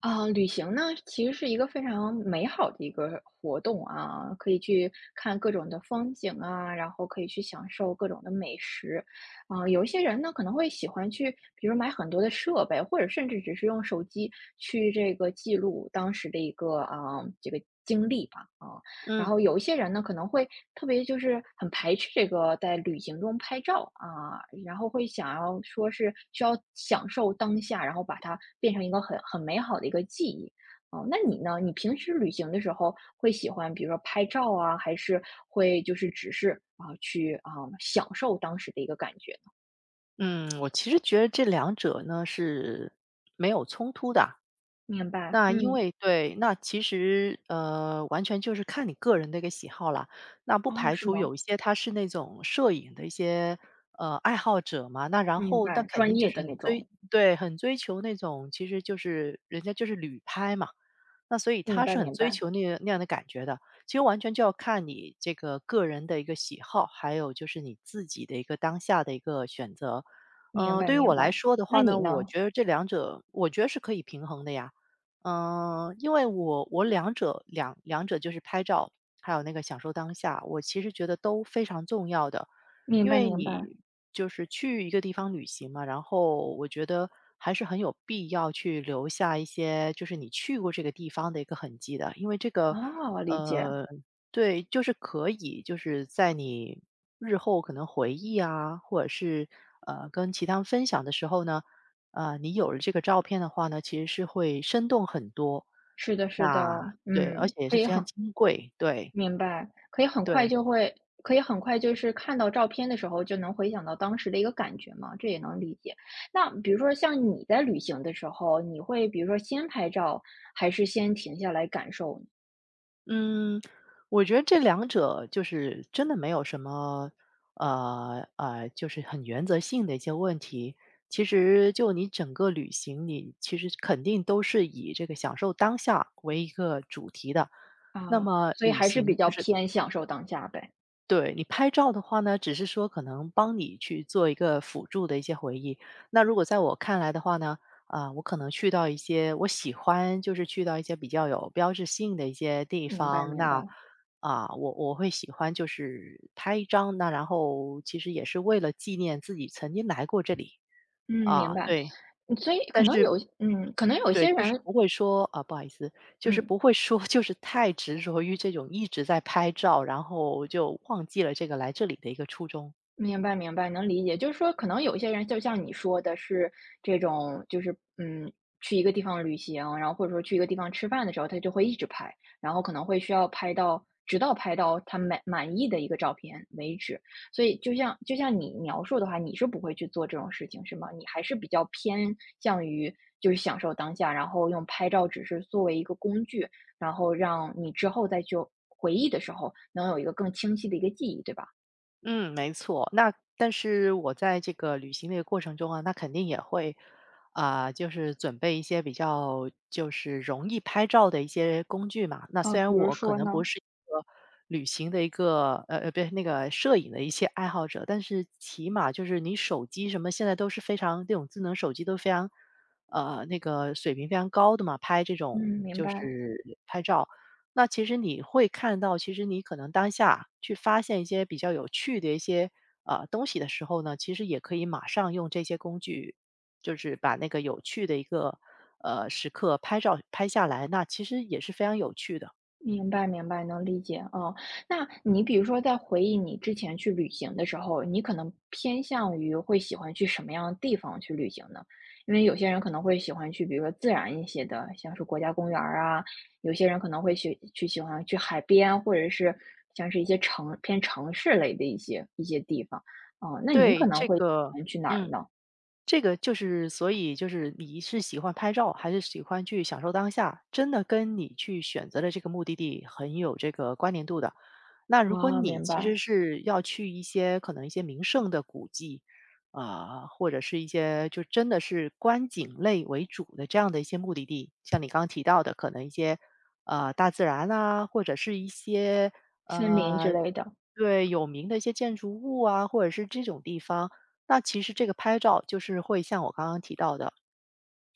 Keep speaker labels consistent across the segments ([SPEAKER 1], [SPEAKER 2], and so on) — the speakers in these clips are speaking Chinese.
[SPEAKER 1] 旅行呢，其实是一个非常美好的一个活动啊，可以去看各种的风景啊，然后可以去享受各种的美食，有一些人呢可能会喜欢去，比如买很多的设备，或者甚至只是用手机去这个记录当时的一个这个经历吧，然
[SPEAKER 2] 嗯
[SPEAKER 1] 后有一些人呢可能会特别就是很排斥这个在旅行中拍照啊，然后会想要说是需要享受当下，然后把它变成一个很美好的一个记忆。那你呢？你平时旅行的时候会喜欢比如说拍照啊，还是会就是只是去享受当时的一个感觉呢？
[SPEAKER 2] 嗯，我其实觉得这两者呢是没有冲突的。
[SPEAKER 1] 明白，
[SPEAKER 2] 那因
[SPEAKER 1] 嗯，
[SPEAKER 2] 为对，那其实，完全就是看你个人的一个喜好啦。那不
[SPEAKER 1] 哦，
[SPEAKER 2] 排
[SPEAKER 1] 是
[SPEAKER 2] 除
[SPEAKER 1] 吗？
[SPEAKER 2] 有一些他是那种摄影的一些，爱好者嘛，那然
[SPEAKER 1] 明
[SPEAKER 2] 后那
[SPEAKER 1] 白，
[SPEAKER 2] 肯定
[SPEAKER 1] 专
[SPEAKER 2] 就
[SPEAKER 1] 业
[SPEAKER 2] 是
[SPEAKER 1] 的那种，
[SPEAKER 2] 很追求那种其实就是人家就是旅拍嘛，那所以
[SPEAKER 1] 明
[SPEAKER 2] 他
[SPEAKER 1] 白，
[SPEAKER 2] 是很
[SPEAKER 1] 明
[SPEAKER 2] 追
[SPEAKER 1] 白，
[SPEAKER 2] 求那个那样的感觉的。其实完全就要看你这个个人的一个喜好，还有就是你自己的一个当下的一个选择。
[SPEAKER 1] 明
[SPEAKER 2] 嗯，
[SPEAKER 1] 白，
[SPEAKER 2] 对于我
[SPEAKER 1] 明
[SPEAKER 2] 来
[SPEAKER 1] 白。
[SPEAKER 2] 说的
[SPEAKER 1] 那
[SPEAKER 2] 话呢，
[SPEAKER 1] 你
[SPEAKER 2] 我
[SPEAKER 1] 呢？
[SPEAKER 2] 觉得这两者我觉得是可以平衡的呀。嗯，因为我两者就是拍照，还有那个享受当下，我其实觉得都非常重要的。
[SPEAKER 1] 明
[SPEAKER 2] 因
[SPEAKER 1] 白，
[SPEAKER 2] 为
[SPEAKER 1] 明白，
[SPEAKER 2] 你就是去一个地方旅行嘛，然后我觉得还是很有必要去留下一些，就是你去过这个地方的一个痕迹的，因为这个，
[SPEAKER 1] 哦，理解。
[SPEAKER 2] 呃，对，就是可以，就是在你日后可能回忆啊，或者是跟其他人分享的时候呢，呃，你有了这个照片的话呢，其实是会生动很多，
[SPEAKER 1] 是的是的，
[SPEAKER 2] 那对，而
[SPEAKER 1] 嗯，
[SPEAKER 2] 且也
[SPEAKER 1] 可
[SPEAKER 2] 是
[SPEAKER 1] 以
[SPEAKER 2] 非常
[SPEAKER 1] 很
[SPEAKER 2] 金贵，对
[SPEAKER 1] 明白，
[SPEAKER 2] 对。
[SPEAKER 1] 可以很快就是看到照片的时候，就能回想到当时的一个感觉嘛，这也能理解。那比如说像你在旅行的时候，你会比如说先拍照，还是先停下来感受呢
[SPEAKER 2] 嗯，我觉得这两者就是真的没有什么，就是很原则性的一些问题。其实就你整个旅行，你其实肯定都是以这个享受当下为一个主题的。那么
[SPEAKER 1] 所以
[SPEAKER 2] 旅
[SPEAKER 1] 还是
[SPEAKER 2] 行
[SPEAKER 1] 比
[SPEAKER 2] 就
[SPEAKER 1] 较
[SPEAKER 2] 是
[SPEAKER 1] 偏享受当下呗，
[SPEAKER 2] 对，你拍照的话呢，只是说可能帮你去做一个辅助的一些回忆。那如果在我看来的话呢，啊、我可能去到一些我喜欢，就是去到一些比较有标志性的一些地
[SPEAKER 1] 明白
[SPEAKER 2] 方。
[SPEAKER 1] 明白，
[SPEAKER 2] 那啊、我会喜欢就是拍一张，那然后其实也是为了纪念自己曾经来过这里
[SPEAKER 1] 嗯，明
[SPEAKER 2] 啊、
[SPEAKER 1] 白。
[SPEAKER 2] 对。
[SPEAKER 1] 所以可
[SPEAKER 2] 但
[SPEAKER 1] 能
[SPEAKER 2] 是
[SPEAKER 1] 有可能有
[SPEAKER 2] 对，
[SPEAKER 1] 些
[SPEAKER 2] 就是
[SPEAKER 1] 人
[SPEAKER 2] 不会说啊，不好意思，就是
[SPEAKER 1] 嗯。
[SPEAKER 2] 不会说，就是太执着于这种一直在拍照，然后就忘记了这个来这里的一个初衷。
[SPEAKER 1] 明白明白，能理解。就是说，可能有一些人就像你说的是这种，就是去一个地方旅行，然后或者说去一个地方吃饭的时候，他就会一直拍，然后可能会需要拍到，直到拍到他满意的一个照片为止。所以，就像你描述的话，你是不会去做这种事情，是吗？你还是比较偏向于就是享受当下，然后用拍照只是作为一个工具，然后让你之后再去回忆的时候能有一个更清晰的一个记忆，对吧？
[SPEAKER 2] 嗯，没错。那但是我在这个旅行的一个过程中啊，那肯定也会，啊、就是准备一些比较就是容易拍照的一些工具嘛。那虽
[SPEAKER 1] 比
[SPEAKER 2] 然
[SPEAKER 1] 如
[SPEAKER 2] 我可
[SPEAKER 1] 说
[SPEAKER 2] 能不
[SPEAKER 1] 呢？
[SPEAKER 2] 是一个旅行的一个不是那个摄影的一些爱好者，但是起码就是你手机什么现在都是非常这种智能手机都非常那个水平非常高的嘛，拍这
[SPEAKER 1] 嗯，
[SPEAKER 2] 种
[SPEAKER 1] 明
[SPEAKER 2] 就
[SPEAKER 1] 白，
[SPEAKER 2] 是拍照。那其实你会看到，其实你可能当下去发现一些比较有趣的一些东西的时候呢，其实也可以马上用这些工具，就是把那个有趣的一个时刻拍照拍下来，那其实也是非常有趣的。
[SPEAKER 1] 明白，明白，能理解哦。那你比如说，在回忆你之前去旅行的时候，你可能偏向于会喜欢去什么样的地方去旅行呢？因为有些人可能会喜欢去，比如说自然一些的，像是国家公园儿啊；有些人可能会去喜欢去海边，或者是像是一些偏城市类的一些地方。哦，那你可
[SPEAKER 2] 对
[SPEAKER 1] 能
[SPEAKER 2] 这
[SPEAKER 1] 会喜
[SPEAKER 2] 个，
[SPEAKER 1] 欢去哪儿
[SPEAKER 2] 嗯。
[SPEAKER 1] 呢？
[SPEAKER 2] 这个就是，所以就是你是喜欢拍照，还是喜欢去享受当下，真的跟你去选择的这个目的地很有这个关联度的。那如果你
[SPEAKER 1] 明
[SPEAKER 2] 其实
[SPEAKER 1] 白，
[SPEAKER 2] 是要去一些可能一些名胜的古迹，啊、或者是一些就真的是观景类为主的这样的一些目的地，像你刚刚提到的，可能一些大自然啊，或者是一些
[SPEAKER 1] 森林之
[SPEAKER 2] 呃
[SPEAKER 1] 类的，
[SPEAKER 2] 对有名的一些建筑物啊，或者是这种地方。那其实这个拍照就是会像我刚刚提到的，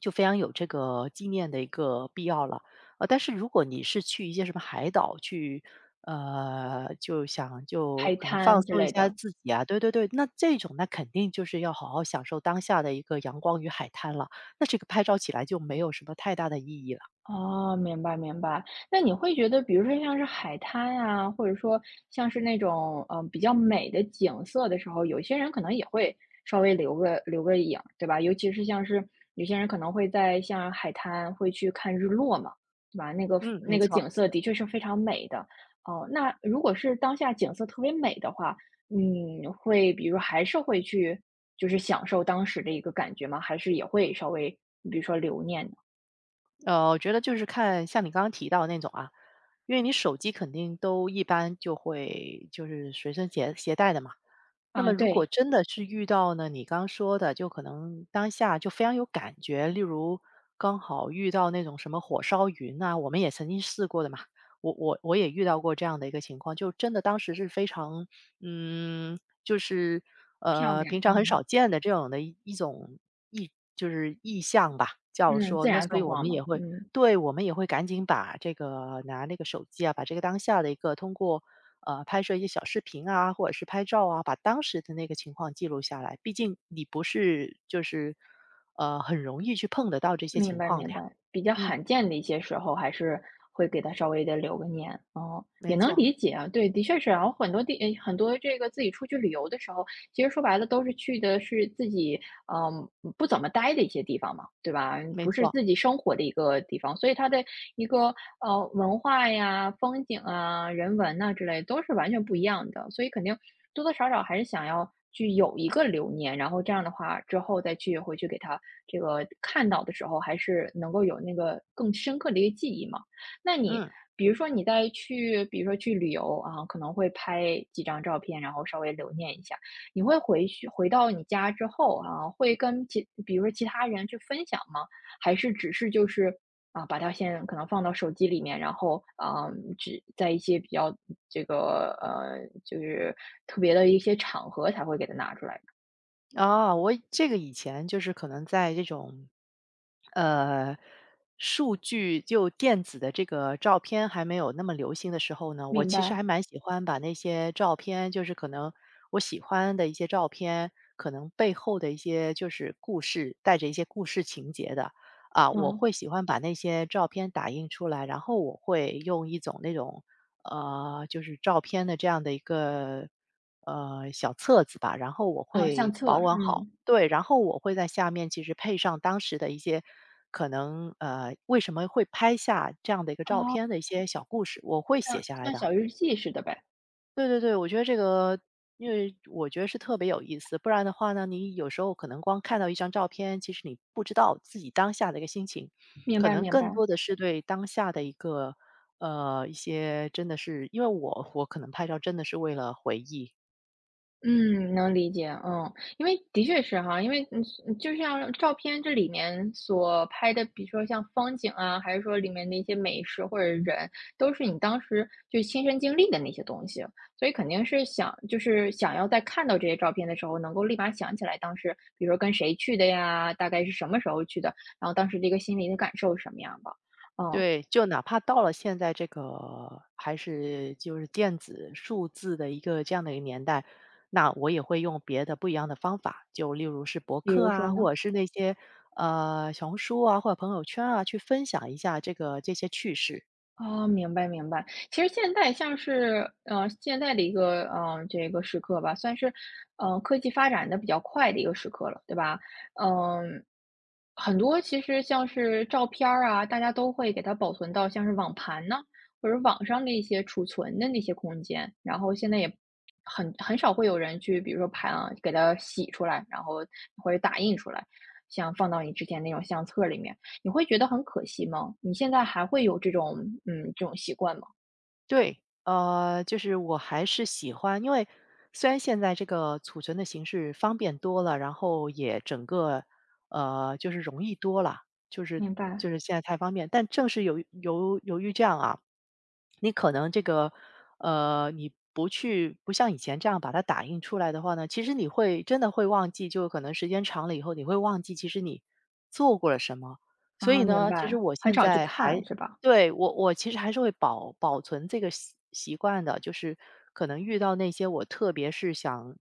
[SPEAKER 2] 就非常有这个纪念的一个必要了。呃，但是如果你是去一些什么海岛去，呃，就想就
[SPEAKER 1] 海
[SPEAKER 2] 可能放
[SPEAKER 1] 滩之
[SPEAKER 2] 松一
[SPEAKER 1] 类
[SPEAKER 2] 下
[SPEAKER 1] 的。
[SPEAKER 2] 自己啊，对，那这种那肯定就是要好好享受当下的一个阳光与海滩了。那这个拍照起来就没有什么太大的意义了。
[SPEAKER 1] 哦，明白明白。那你会觉得，比如说像是海滩啊，或者说像是那种比较美的景色的时候，有些人可能也会稍微留个影，对吧？尤其是像是有些人可能会在像海滩会去看日落嘛，对吧？那个
[SPEAKER 2] 嗯，
[SPEAKER 1] 那
[SPEAKER 2] 没
[SPEAKER 1] 个
[SPEAKER 2] 错。
[SPEAKER 1] 景色的确是非常美的。哦，那如果是当下景色特别美的话，嗯，会比如还是会去就是享受当时的一个感觉吗？还是也会稍微比如说留念呢？
[SPEAKER 2] 呃，我觉得就是看像你刚刚提到那种啊，因为你手机肯定都一般就会就是随身携带的嘛。那
[SPEAKER 1] 啊，
[SPEAKER 2] 么如果
[SPEAKER 1] 对，
[SPEAKER 2] 真的是遇到呢，你刚说的，就可能当下就非常有感觉，例如刚好遇到那种什么火烧云啊，我们也曾经试过的嘛。我也遇到过这样的一个情况，就真的当时是非常，嗯，就是
[SPEAKER 1] 漂
[SPEAKER 2] 呃，
[SPEAKER 1] 亮，
[SPEAKER 2] 平常很
[SPEAKER 1] 嗯。
[SPEAKER 2] 少见的这种的一种意，就是意象吧，叫
[SPEAKER 1] 嗯，
[SPEAKER 2] 说，
[SPEAKER 1] 自
[SPEAKER 2] 那
[SPEAKER 1] 然
[SPEAKER 2] 所以
[SPEAKER 1] 风
[SPEAKER 2] 我
[SPEAKER 1] 光
[SPEAKER 2] 们
[SPEAKER 1] 嘛，
[SPEAKER 2] 也会，
[SPEAKER 1] 嗯，
[SPEAKER 2] 对，我们也会赶紧把这个拿那个手机啊，把这个当下的一个通过拍摄一些小视频啊，或者是拍照啊，把当时的那个情况记录下来。毕竟你不是就是，呃，很容易去碰得到这些
[SPEAKER 1] 明
[SPEAKER 2] 情
[SPEAKER 1] 白
[SPEAKER 2] 况的
[SPEAKER 1] 明
[SPEAKER 2] 呀。
[SPEAKER 1] 白，比较
[SPEAKER 2] 嗯，
[SPEAKER 1] 罕见的一些时候，还是会给他稍微的留个念，哦，
[SPEAKER 2] 没
[SPEAKER 1] 也能
[SPEAKER 2] 错，
[SPEAKER 1] 理解啊，对，的确是然后很多这个自己出去旅游的时候，其实说白了都是去的是自己嗯，不怎么待的一些地方嘛，对吧？
[SPEAKER 2] 没
[SPEAKER 1] 不是
[SPEAKER 2] 错。
[SPEAKER 1] 自己生活的一个地方，所以它的一个文化呀、风景啊、人文呐、之类都是完全不一样的，所以肯定多多少少还是想要去有一个留念，然后这样的话之后再去回去给他这个看到的时候，还是能够有那个更深刻的一个记忆嘛。那你
[SPEAKER 2] 嗯，
[SPEAKER 1] 比如说你在去，比如说去旅游啊，可能会拍几张照片，然后稍微留念一下。你会回到你家之后啊，会跟比如说其他人去分享吗？还是只是就是把它先可能放到手机里面，然后只在一些比较就是特别的一些场合才会给它拿出来？
[SPEAKER 2] 啊，我这个以前就是可能在这种呃，数据就电子的这个照片还没有那么流行的时候呢，我
[SPEAKER 1] 明
[SPEAKER 2] 其实
[SPEAKER 1] 白，
[SPEAKER 2] 还蛮喜欢把那些照片，就是可能我喜欢的一些照片，可能背后的一些就是故事，带着一些故事情节的啊，我
[SPEAKER 1] 嗯，
[SPEAKER 2] 会喜欢把那些照片打印出来，然后我会用一种那种就是照片的这样的一个小册子吧，然后我
[SPEAKER 1] 啊，相
[SPEAKER 2] 会
[SPEAKER 1] 册，
[SPEAKER 2] 保管好。
[SPEAKER 1] 嗯，
[SPEAKER 2] 对，然后我会在下面其实配上当时的一些可能，呃，为什么会拍下这样的一个照
[SPEAKER 1] 哦，
[SPEAKER 2] 片的一些小故事，我会写
[SPEAKER 1] 像
[SPEAKER 2] 下来
[SPEAKER 1] 像
[SPEAKER 2] 的。
[SPEAKER 1] 小日记似的呗，
[SPEAKER 2] 对，我觉得这个，因为我觉得是特别有意思，不然的话呢，你有时候可能光看到一张照片，其实你不知道自己当下的一个心情，
[SPEAKER 1] 明
[SPEAKER 2] 可
[SPEAKER 1] 白
[SPEAKER 2] 能
[SPEAKER 1] 明
[SPEAKER 2] 更
[SPEAKER 1] 白。
[SPEAKER 2] 多的是对当下的一个，呃，一些真的是因为我可能拍照真的是为了回忆，
[SPEAKER 1] 嗯，能理解，嗯，因为的确是哈，因为就像照片这里面所拍的，比如说像风景啊，还是说里面的一些美食或者人，都是你当时就亲身经历的那些东西，所以肯定是想就是想要在看到这些照片的时候，能够立马想起来当时，比如说跟谁去的呀，大概是什么时候去的，然后当时的一个心理的感受是什么样的，嗯，
[SPEAKER 2] 对，就哪怕到了现在这个还是就是电子数字的一个这样的一个年代，那我也会用别的不一样的方法，就例如是博
[SPEAKER 1] 比
[SPEAKER 2] 客
[SPEAKER 1] 如说
[SPEAKER 2] 啊，或
[SPEAKER 1] 呢？
[SPEAKER 2] 者是那些小红书啊，或者朋友圈啊，去分享一下这个这些趣事。
[SPEAKER 1] 哦，明白明白。其实现在像是，现在的一个，这个时刻吧，算是，科技发展的比较快的一个时刻了，对吧？嗯，很多其实像是照片儿啊，大家都会给它保存到像是网盘呢，或者网上的一些储存的那些空间，然后现在也很少会有人去，比如说盘啊，给它洗出来，然后或者打印出来，像放到你之前那种相册里面。你会觉得很可惜吗？你现在还会有这种习惯吗？
[SPEAKER 2] 对，呃，就是我还是喜欢，因为虽然现在这个储存的形式方便多了，然后也整个就是容易多了，就是
[SPEAKER 1] 明白。
[SPEAKER 2] 就是现在太方便，但正是由于于这样啊，你可能这个你不像以前这样把它打印出来的话呢，其实你会真的会忘记，就可能时间长了以后你会忘记，其实你做过了什么。所以
[SPEAKER 1] 啊，明
[SPEAKER 2] 呢，其实
[SPEAKER 1] 白，
[SPEAKER 2] 我
[SPEAKER 1] 很
[SPEAKER 2] 现
[SPEAKER 1] 少去
[SPEAKER 2] 在还
[SPEAKER 1] 看是吧？
[SPEAKER 2] 对，我其实还是会保存这个习惯的，就是可能遇到那些我特别是想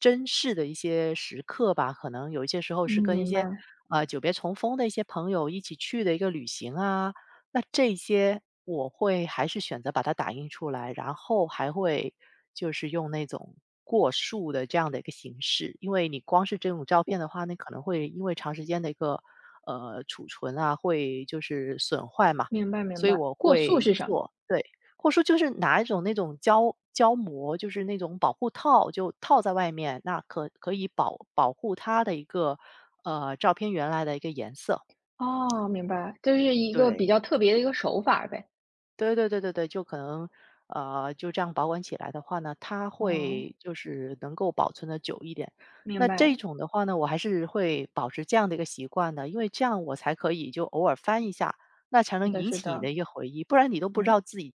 [SPEAKER 2] 珍视的一些时刻吧，可能有一些时候
[SPEAKER 1] 嗯，
[SPEAKER 2] 是跟一
[SPEAKER 1] 明
[SPEAKER 2] 些
[SPEAKER 1] 白，
[SPEAKER 2] 久别重逢的一些朋友一起去的一个旅行啊，那这些我会还是选择把它打印出来，然后还会就是用那种过塑的这样的一个形式，因为你光是这种照片的话，那可能会因为长时间的一个储存啊，会就是损坏嘛。
[SPEAKER 1] 明白明
[SPEAKER 2] 所以
[SPEAKER 1] 白。
[SPEAKER 2] 我
[SPEAKER 1] 过塑
[SPEAKER 2] 会
[SPEAKER 1] 是什么？
[SPEAKER 2] 做，对。或者说就是拿一种那种胶膜，就是那种保护套，就套在外面，那可以保护它的一个，呃，照片原来的一个颜色，
[SPEAKER 1] 哦，明白，就是一个比
[SPEAKER 2] 对。
[SPEAKER 1] 较特别的一个手法呗。
[SPEAKER 2] 对，就可能，呃，就这样保管起来的话呢，它
[SPEAKER 1] 哦，
[SPEAKER 2] 会就是能够保存的久一点。
[SPEAKER 1] 明
[SPEAKER 2] 那
[SPEAKER 1] 白，
[SPEAKER 2] 这种的话呢，我还是会保持这样的一个习惯的，因为这样我才可以就偶尔翻一下，那才
[SPEAKER 1] 是
[SPEAKER 2] 能
[SPEAKER 1] 的
[SPEAKER 2] 引
[SPEAKER 1] 是
[SPEAKER 2] 起你
[SPEAKER 1] 的，
[SPEAKER 2] 的一个回忆，不然你都不知
[SPEAKER 1] 嗯，
[SPEAKER 2] 道自己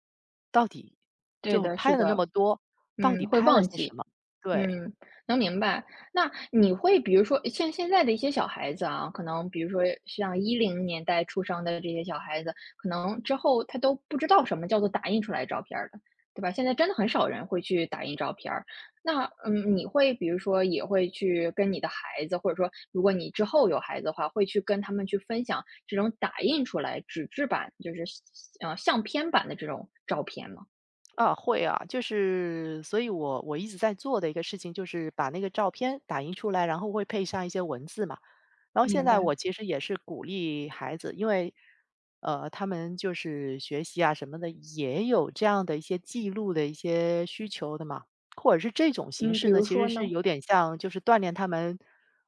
[SPEAKER 2] 到底
[SPEAKER 1] 对
[SPEAKER 2] 就
[SPEAKER 1] 的，是
[SPEAKER 2] 拍了那
[SPEAKER 1] 的。
[SPEAKER 2] 么多，到底
[SPEAKER 1] 嗯，会
[SPEAKER 2] 拍了
[SPEAKER 1] 忘
[SPEAKER 2] 些什
[SPEAKER 1] 记。
[SPEAKER 2] 么。对。
[SPEAKER 1] 嗯，能明白。那你会比如说像现在的一些小孩子啊，可能比如说像10年代出生的这些小孩子，可能之后他都不知道什么叫做打印出来照片儿了，对吧？现在真的很少人会去打印照片儿。那，嗯，你会比如说也会去跟你的孩子，或者说如果你之后有孩子的话，会去跟他们去分享这种打印出来纸质版，就是，相片版的这种照片吗？
[SPEAKER 2] 啊，会啊，就是所以我一直在做的一个事情，就是把那个照片打印出来，然后会配上一些文字嘛。然后现
[SPEAKER 1] 明
[SPEAKER 2] 在
[SPEAKER 1] 白，
[SPEAKER 2] 我其实也是鼓励孩子，因为呃，他们就是学习啊什么的，也有这样的一些记录的一些需求的嘛，或者是这种形
[SPEAKER 1] 嗯，
[SPEAKER 2] 式
[SPEAKER 1] 比
[SPEAKER 2] 呢，
[SPEAKER 1] 如
[SPEAKER 2] 其实
[SPEAKER 1] 说
[SPEAKER 2] 是
[SPEAKER 1] 呢？
[SPEAKER 2] 有点像就是锻炼他们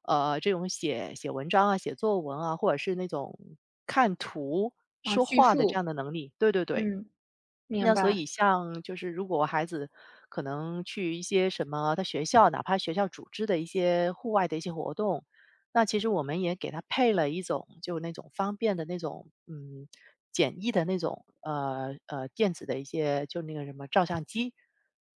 [SPEAKER 2] 这种写文章啊、写作文啊，或者是那种看图
[SPEAKER 1] 啊，
[SPEAKER 2] 说
[SPEAKER 1] 叙
[SPEAKER 2] 话的这样
[SPEAKER 1] 述，
[SPEAKER 2] 的能力。对。
[SPEAKER 1] 嗯，明
[SPEAKER 2] 那所以
[SPEAKER 1] 白，
[SPEAKER 2] 像就是如果孩子可能去一些什么他学校，哪怕学校组织的一些户外的一些活动，那其实我们也给他配了一种就那种方便的那种，嗯，简易的那种，电子的一些就那个什么照相机。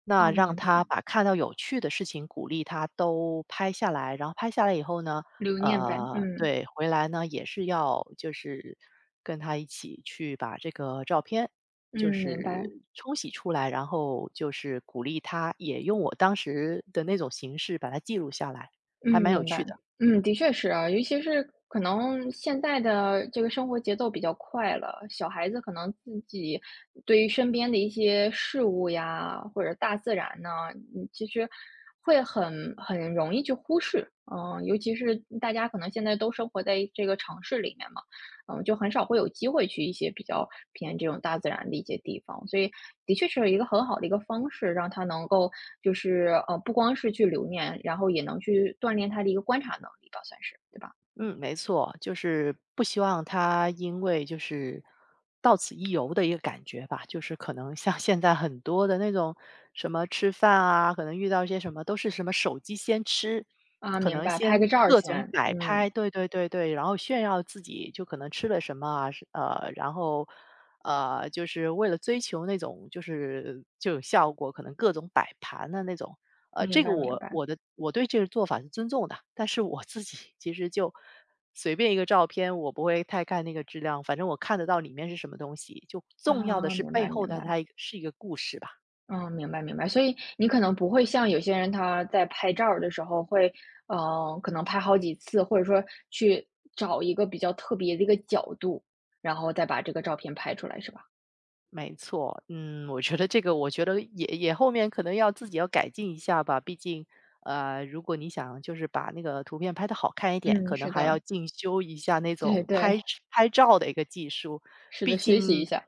[SPEAKER 2] 那
[SPEAKER 1] 哦，
[SPEAKER 2] 让
[SPEAKER 1] 明白，
[SPEAKER 2] 他把看到有趣的事情鼓励他都拍下来，然后拍下来以后呢，
[SPEAKER 1] 留念呗，
[SPEAKER 2] 呃，
[SPEAKER 1] 嗯，
[SPEAKER 2] 对，回来呢也是要就是跟他一起去把这个照片就
[SPEAKER 1] 嗯，明白，
[SPEAKER 2] 是冲洗出来，然后就是鼓励他也用我当时的那种形式把它记录下来，
[SPEAKER 1] 嗯，
[SPEAKER 2] 还蛮有
[SPEAKER 1] 明
[SPEAKER 2] 趣
[SPEAKER 1] 白，
[SPEAKER 2] 的。
[SPEAKER 1] 嗯，的确是啊，尤其是可能现在的这个生活节奏比较快了，小孩子可能自己对于身边的一些事物呀，或者大自然呢，嗯，其实会很容易去忽视，嗯，尤其是大家可能现在都生活在这个城市里面嘛。嗯，就很少会有机会去一些比较偏这种大自然的一些地方，所以的确是一个很好的一个方式，让他能够就是，不光是去留念，然后也能去锻炼他的一个观察能力吧，算是，对吧？
[SPEAKER 2] 嗯，没错，就是不希望他因为就是到此一游的一个感觉吧，就是可能像现在很多的那种什么吃饭啊，可能遇到一些什么都是什么手机先吃，
[SPEAKER 1] 啊，
[SPEAKER 2] 可
[SPEAKER 1] 明
[SPEAKER 2] 能
[SPEAKER 1] 白，拍
[SPEAKER 2] 先
[SPEAKER 1] 个照儿
[SPEAKER 2] 各种
[SPEAKER 1] 先，
[SPEAKER 2] 摆拍，
[SPEAKER 1] 嗯，
[SPEAKER 2] 对，然后炫耀自己就可能吃了什么啊，是呃，然后呃，就是为了追求那种就是就有效果，可能各种摆盘的那种，呃，
[SPEAKER 1] 明
[SPEAKER 2] 这个
[SPEAKER 1] 白明
[SPEAKER 2] 我
[SPEAKER 1] 白，
[SPEAKER 2] 我的我对这个做法是尊重的，但是我自己其实就随便一个照片，我不会太看那个质量，反正我看得到里面是什么东西，就重要的
[SPEAKER 1] 啊，
[SPEAKER 2] 是
[SPEAKER 1] 明
[SPEAKER 2] 背
[SPEAKER 1] 白
[SPEAKER 2] 后
[SPEAKER 1] 明
[SPEAKER 2] 的它
[SPEAKER 1] 白，
[SPEAKER 2] 一个是一个故事吧。
[SPEAKER 1] 嗯，明白明白，所以你可能不会像有些人他在拍照儿的时候会，可能拍好几次，或者说去找一个比较特别的一个角度，然后再把这个照片拍出来，是吧？
[SPEAKER 2] 没错，嗯，我觉得这个，我觉得也后面可能要自己要改进一下吧。毕竟，呃，如果你想就是把那个图片拍的好看一点，
[SPEAKER 1] 嗯，
[SPEAKER 2] 可能
[SPEAKER 1] 是
[SPEAKER 2] 还要
[SPEAKER 1] 的，
[SPEAKER 2] 进修一下那
[SPEAKER 1] 对
[SPEAKER 2] 种
[SPEAKER 1] 对，
[SPEAKER 2] 拍照的一个技术。
[SPEAKER 1] 是
[SPEAKER 2] 毕
[SPEAKER 1] 的，学习一
[SPEAKER 2] 竟，
[SPEAKER 1] 下，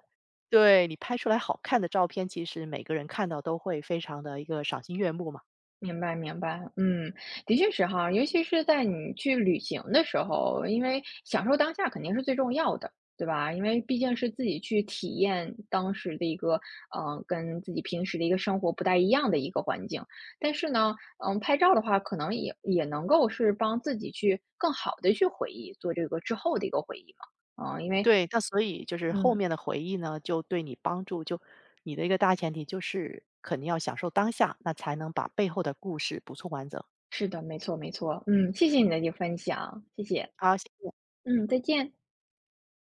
[SPEAKER 2] 对你拍出来好看的照片，其实每个人看到都会非常的一个赏心悦目嘛。
[SPEAKER 1] 明白明白，嗯，的确是哈，尤其是在你去旅行的时候，因为享受当下肯定是最重要的，对吧？因为毕竟是自己去体验当时的一个，嗯，跟自己平时的一个生活不太一样的一个环境。但是呢，拍照的话，可能也能够是帮自己去更好的去回忆，做这个之后的一个回忆嘛，嗯，因为，
[SPEAKER 2] 对，那所以就是后
[SPEAKER 1] 嗯，
[SPEAKER 2] 面的回忆呢，就对你帮助，就你的一个大前提就是肯定要享受当下，那才能把背后的故事补充完整。
[SPEAKER 1] 是的，没错没错，嗯，谢谢你的一个分享，谢谢。
[SPEAKER 2] 好，谢谢
[SPEAKER 1] 嗯，再见。